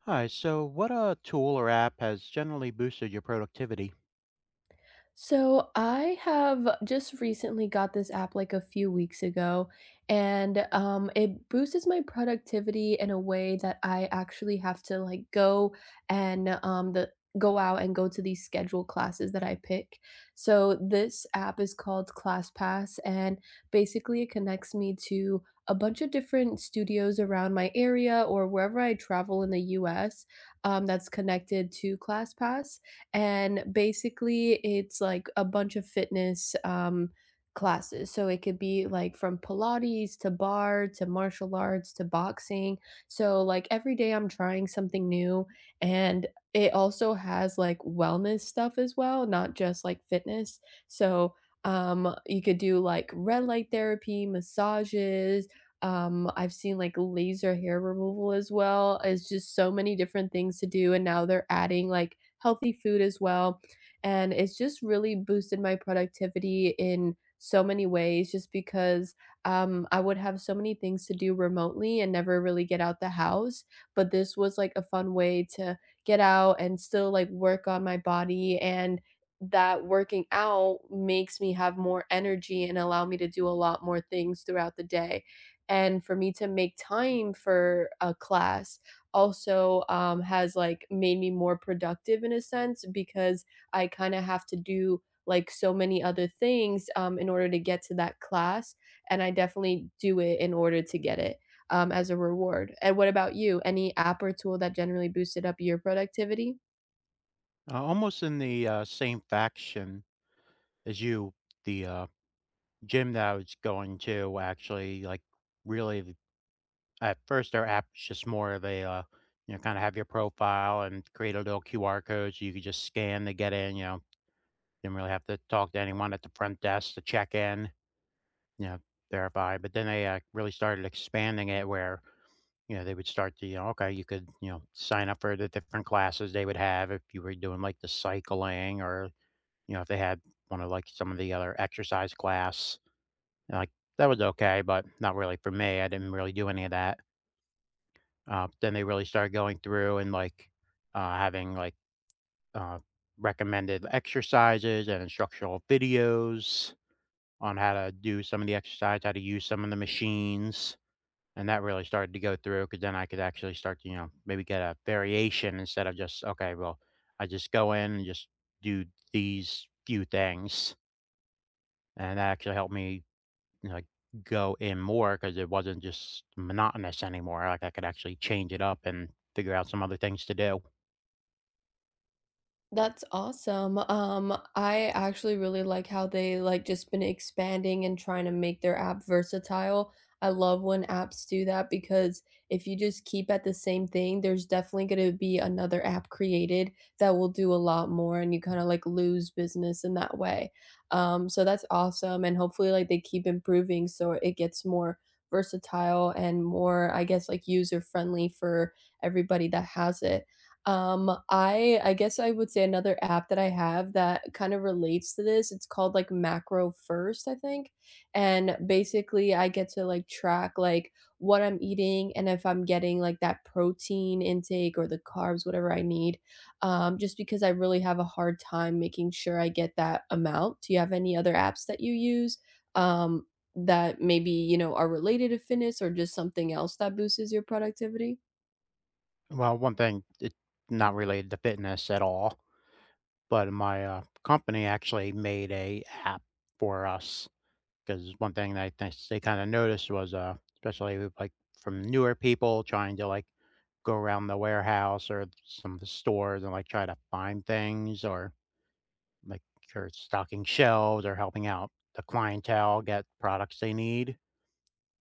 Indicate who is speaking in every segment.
Speaker 1: Hi, so what tool or app has generally boosted your productivity?
Speaker 2: So I have just recently got this app like a few weeks ago, and it boosts my productivity in a way that I actually have to like and um, the go out and go to these scheduled classes that I pick. So this app is called ClassPass, and basically it connects me to a bunch of different studios around my area or wherever I travel in the U.S. That's connected to ClassPass and basically, it's like a bunch of fitness classes. So it could be like from Pilates to bar to martial arts to boxing. So, like, every day I'm trying something new. And it also has like wellness stuff as well, not just like fitness. So, you could do like red light therapy, massages. I've seen like laser hair removal as well. It's just so many different things to do, and now they're adding like healthy food as well. And it's just really boosted my productivity in so many ways just because I would have so many things to do remotely and never really get out the house. But this was like a fun way to get out and still like work on my body, and that working out makes me have more energy and allow me to do a lot more things throughout the day, and for me to make time for a class also has like made me more productive in a sense because I kind of have to do like so many other things in order to get to that class. And I definitely do it in order to get it as a reward. And what about you? Any app or tool that generally boosted up your productivity?
Speaker 1: Almost in the same faction as you, the gym that I was going to actually, like really the- at first their app was just more of a, you know, kind of have your profile and create a little QR code so you could just scan to get in, you know, didn't really have to talk to anyone at the front desk to check in. Yeah, thereby, but then they, really started expanding it where, you know, they would start to, you know, okay, you could, you know, sign up for the different classes they would have if you were doing, like, the cycling or, you know, if they had one of, like, some of the other exercise class, and, like, that was okay, but not really for me, I didn't really do any of that. Then they really started going through and, like, having, like, uh, recommended exercises and instructional videos on how to do some of the exercise, how to use some of the machines. And that really started to go through, because then I could actually start to, you know, maybe get a variation instead of just, "Okay, well, I just go in and just do these few things," and that actually helped me, you know, like, go in more, because it wasn't just monotonous anymore, like, I could actually change it up and figure out some other things to do.
Speaker 2: That's awesome. I actually really like how they like just been expanding and trying to make their app versatile. I love when apps do that because if you just keep at the same thing, there's definitely going to be another app created that will do a lot more and you kind of like lose business in that way. So that's awesome, and hopefully like they keep improving so it gets more versatile and more, I guess, like user friendly for everybody that has it. I guess I would say another app that I have that kind of relates to this, it's called, like, Macro First, I think, and basically I get to, like, track, like, what I'm eating and if I'm getting, like, that protein intake or the carbs, whatever I need, just because I really have a hard time making sure I get that amount. Do you have any other apps that you use, um, that maybe, you know, are related to fitness or just something else that boosts your productivity?
Speaker 1: Well, one thing, it's not related to fitness at all, but my, company actually made a app for us. 'Cause one thing that I think they kinda noticed was, especially with, like, from newer people trying to, like, go around the warehouse or some of the stores and, like, try to find things or, like, or stocking shelves or helping out the clientele get products they need.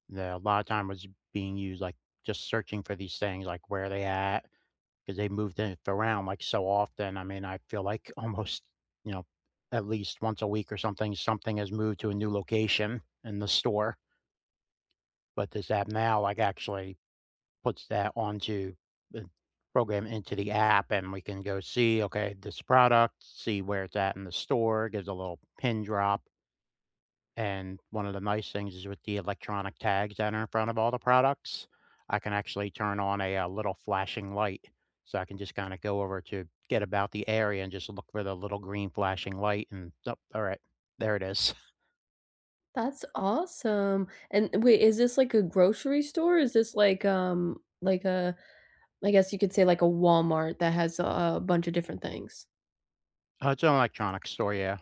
Speaker 1: The a lot of time was being used, like, just searching for these things, like, where they at, because they moved it around, like, so often. I mean, I feel like almost, you know, at least once a week or something, something has moved to a new location in the store. But this app now, like, actually puts that onto the program into the app, and we can go see, okay, this product, see where it's at in the store, gives a little pin drop, and one of the nice things is with the electronic tags that are in front of all the products, I can actually turn on a, little flashing light. So I can just kinda go over to get about the area and just look for the little green flashing light and oh, alright, there it is.
Speaker 2: That's awesome. And wait, is this like a grocery store? Is this like a, I guess you could say like a Walmart that has a bunch of different things?
Speaker 1: It's an electronics store, yeah.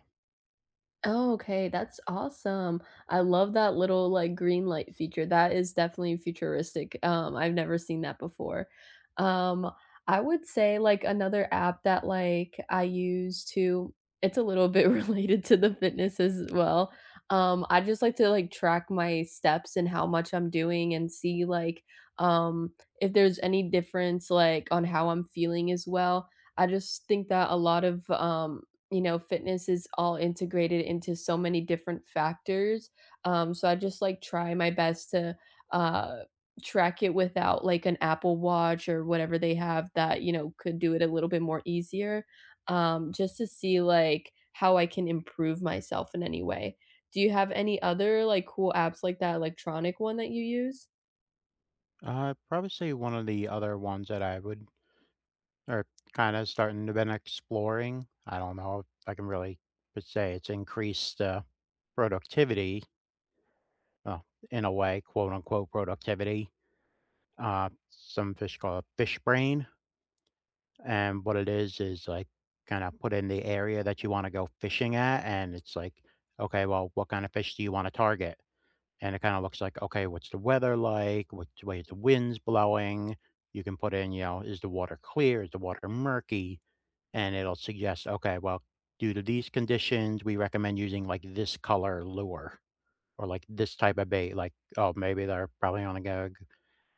Speaker 2: Oh, okay, that's awesome. I love that little, like, green light feature. That is definitely futuristic. I've never seen that before. Um, I would say, like, another app that, like, I use to, it's a little bit related to the fitness as well. I just like to, like, track my steps and how much I'm doing and see, like, um, if there's any difference, like, on how I'm feeling as well. I just think that a lot of, you know, fitness is all integrated into so many different factors, so I just, like, try my best to, uh, track it without, like, an Apple Watch or whatever they have that, you know, could do it a little bit more easier, just to see, like, how I can improve myself in any way. Do you have any other, like, cool apps like that electronic one that you use?
Speaker 1: I'd probably say one of the other ones that I would or kinda starting to been exploring. I don't know if I can really could say it's increased, productivity, well, in a way, quote, unquote, "productivity." Some fish call it fish brain, and what it is, like, kinda put in the area that you wanna go fishing at, and it's like, "Okay, well, what kind of fish do you wanna target?" And it kinda looks like, "Okay, what's the weather like? Which way is the winds blowing?" You can put in, you know, "Is the water clear? Is the water murky?" And it'll suggest, okay, well, due to these conditions, we recommend using like this color lure or like this type of bait. Like, oh, maybe they're probably on a go.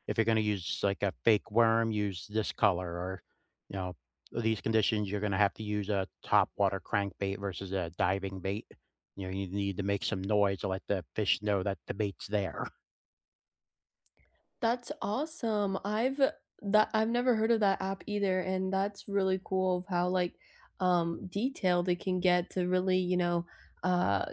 Speaker 1: If you're going to use like a fake worm, use this color or, you know, these conditions, you're going to have to use a top water crankbait versus a diving bait. You know, you need to make some noise to let the fish know that the bait's there.
Speaker 2: That's awesome. I've never heard of that app either, and that's really cool of how like detailed it can get to really, you know, uh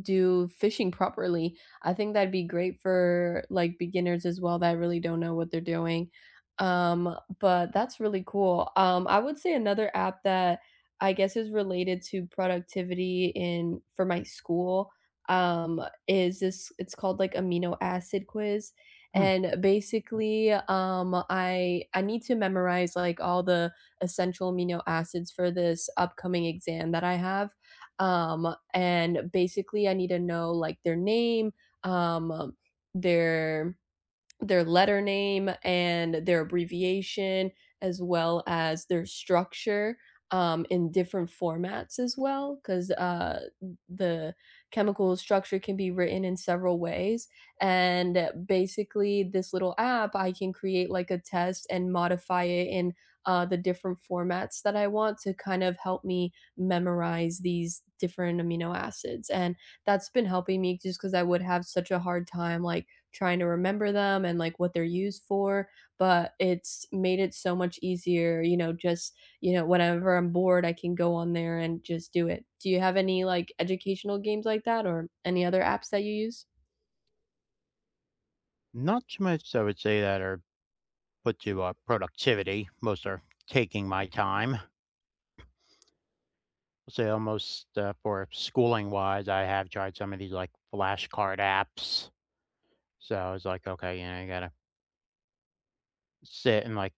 Speaker 2: do fishing properly. I think that'd be great for like beginners as well that really don't know what they're doing. Um, but that's really cool. I would say another app that I guess is related to productivity in for my school um is this, it's called like amino acid quiz,
Speaker 1: Hmm.
Speaker 2: and basically I need to memorize like all the essential amino acids for this upcoming exam that I have, and basically I need to know like their name um their their letter name and their abbreviation, as well as their structure in different formats as well, because the chemical structure can be written in several ways. And basically, this little app, I can create like a test and modify it in the different formats that I want to kind of help me memorize these different amino acids. And that's been helping me just because I would have such a hard time, like, trying to remember them and like what they're used for, but it's made it so much easier, you know, just, you know, whenever I'm bored, I can go on there and just do it. Do you have any like educational games like that or any other apps that you use?
Speaker 1: Not so much, I would say, that are put to productivity. Most are taking my time. Say almost, for schooling wise, I have tried some of these like flashcard apps. So I was like, okay, you know, you gotta sit and like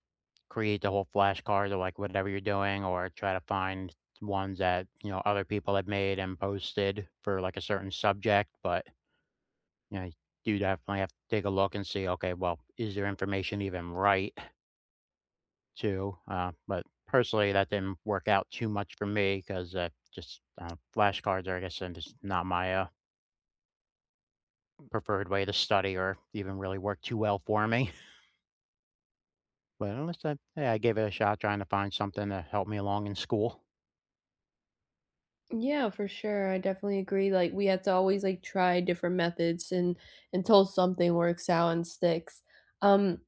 Speaker 1: create the whole flashcard of like whatever you're doing, or try to find ones that you know other people have made and posted for like a certain subject. But you know, you definitely have to take a look and see, okay, well, is their information even right too? But personally, that didn't work out too much for me because just flashcards are, I guess, and just not my preferred way to study or even really work too well for me. But at least I, yeah, I gave it a shot trying to find something to help me along in school.
Speaker 2: Yeah, for sure. I definitely agree. Like we have to always like try different methods and until something works out and sticks. Um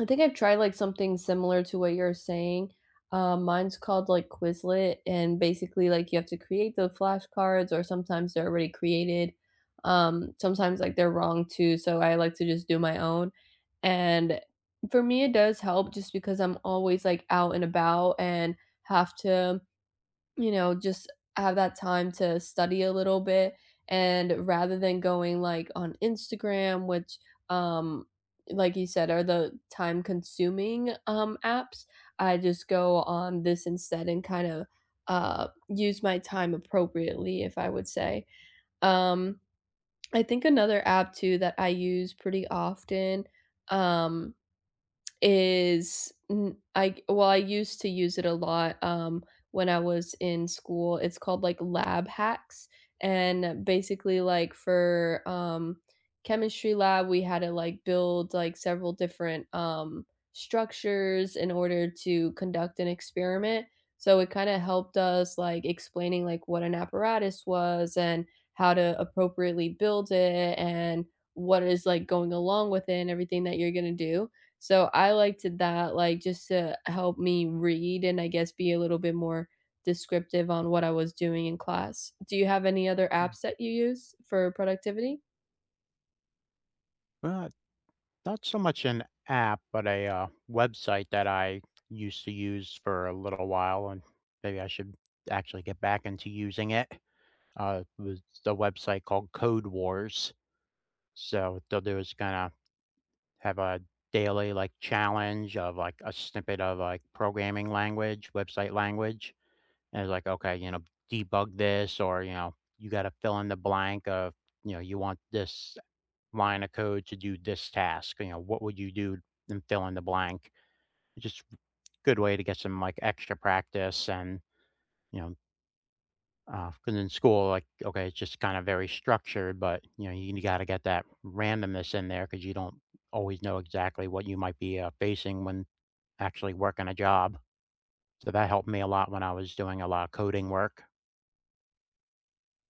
Speaker 2: I think I've tried, like, something similar to what you're saying. Mine's called, like, Quizlet, and basically, like, you have to create the flashcards or sometimes they're already created. Sometimes, like, they're wrong too, so I like to just do my own, and for me, it does help just because I'm always, like, out and about and have to, you know, just have that time to study a little bit, and rather than going, like, on Instagram, which, um, like you said, are the time-consuming apps, I just go on this instead and kind of, use my time appropriately, if I would say. Um, I think another app too that I use pretty often, um is n I well, I used to use it a lot, when I was in school. It's called, like, lab hacks, and basically, like, for chemistry lab, we had to, like, build, like, several different structures in order to conduct an experiment. So it kinda helped us, like, explaining, like, what an apparatus was and how to appropriately build it and what is, like, going along with it and everything that you're gonna do. So I liked that, like, just to help me read and I guess be a little bit more descriptive on what I was doing in class. Do you have any other apps that you use for productivity?
Speaker 1: But not so much an app, but a website that I used to use for a little while, and maybe I should actually get back into using it. It was the website called Code Wars. So what they'll do is kind of have a daily like challenge of like a snippet of like programming language, website language. And it's like, okay, you know, debug this or, you know, you gotta fill in the blank of, you know, you want this line of code to do this task, you know, what would you do and fill in the blank? It's just good way to get some like extra practice and, you know, because in school, like, okay, it's just kind of very structured, but you know, you gotta get that randomness in there because you don't always know exactly what you might be facing when actually working a job. So that helped me a lot when I was doing a lot of coding work.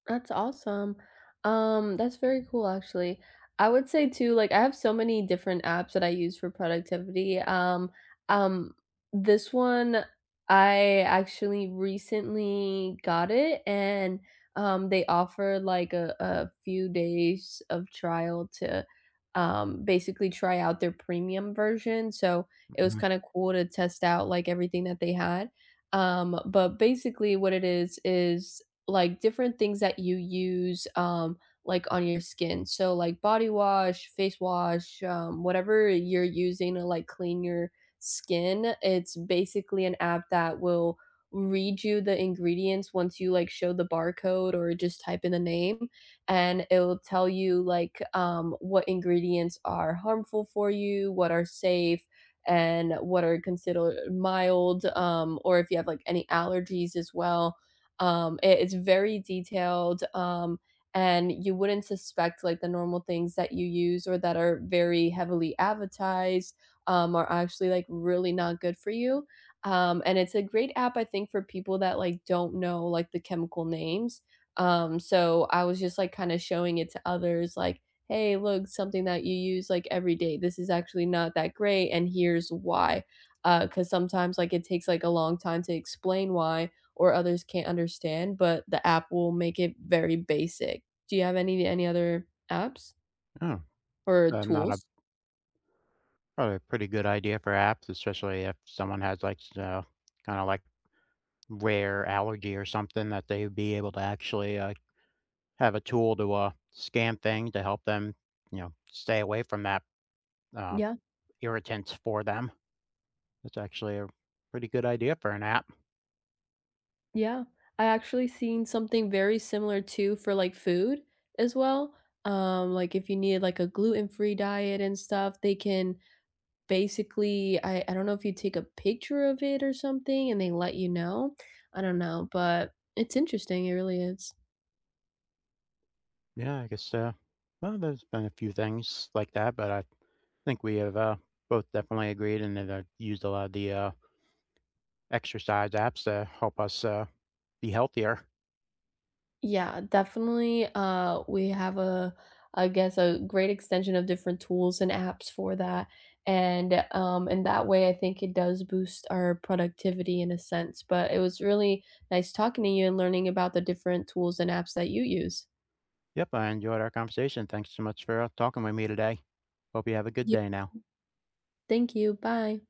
Speaker 2: That's awesome. That's very cool actually. I would say too, like I have so many different apps that I use for productivity. Um, this one I actually recently got it, and they offer like a few days of trial to basically try out their premium version. So it was
Speaker 1: Mhm.
Speaker 2: kind of cool to test out like everything that they had. But basically what it is like, different things that you use, like, on your skin. So, like, body wash, face wash, whatever you're using to, like, clean your skin, it's basically an app that will read you the ingredients once you, like, show the barcode or just type in the name, and it'll tell you, like, what ingredients are harmful for you, what are safe, and what are considered mild, or if you have, like, any allergies as well. It is very detailed, and you wouldn't suspect like the normal things that you use or that are very heavily advertised are actually like really not good for you. And it's a great app, I think, for people that like don't know like the chemical names. So I was just like kind of showing it to others, like, hey, look, something that you use like every day. This is actually not that great, and here's why. Because sometimes like it takes like a long time to explain why, or others can't understand, but the app will make it very basic. Do you have any other apps
Speaker 1: Yeah.
Speaker 2: or
Speaker 1: Not a
Speaker 2: tools?
Speaker 1: probably a pretty good idea for apps, especially if someone has, like, kinda, like, rare allergy or something that they'd be able to actually, have a tool to, scan things to help them, you know, stay away from that, uh,
Speaker 2: Yeah,
Speaker 1: irritant for them. That's actually a pretty good idea for an app.
Speaker 2: yeah. I actually seen something very similar too for like food as well. Like if you need like a gluten-free diet and stuff, they can basically I don't know if you take a picture of it or something and they let you know. I don't know, but it's interesting, it really is.
Speaker 1: Yeah, I guess, well, there's been a few things like that, but I think we have, both definitely agreed and have used a lot of the, exercise apps to help us, be healthier.
Speaker 2: Yeah, definitely. We have a, I guess, a great extension of different tools and apps for that. And in that way, I think it does boost our productivity in a sense. But it was really nice talking to you and learning about the different tools and apps that you use.
Speaker 1: Yep, I enjoyed our conversation. Thanks so much for talking with me today. Hope you have a good
Speaker 2: You
Speaker 1: day now.
Speaker 2: thank you. Bye.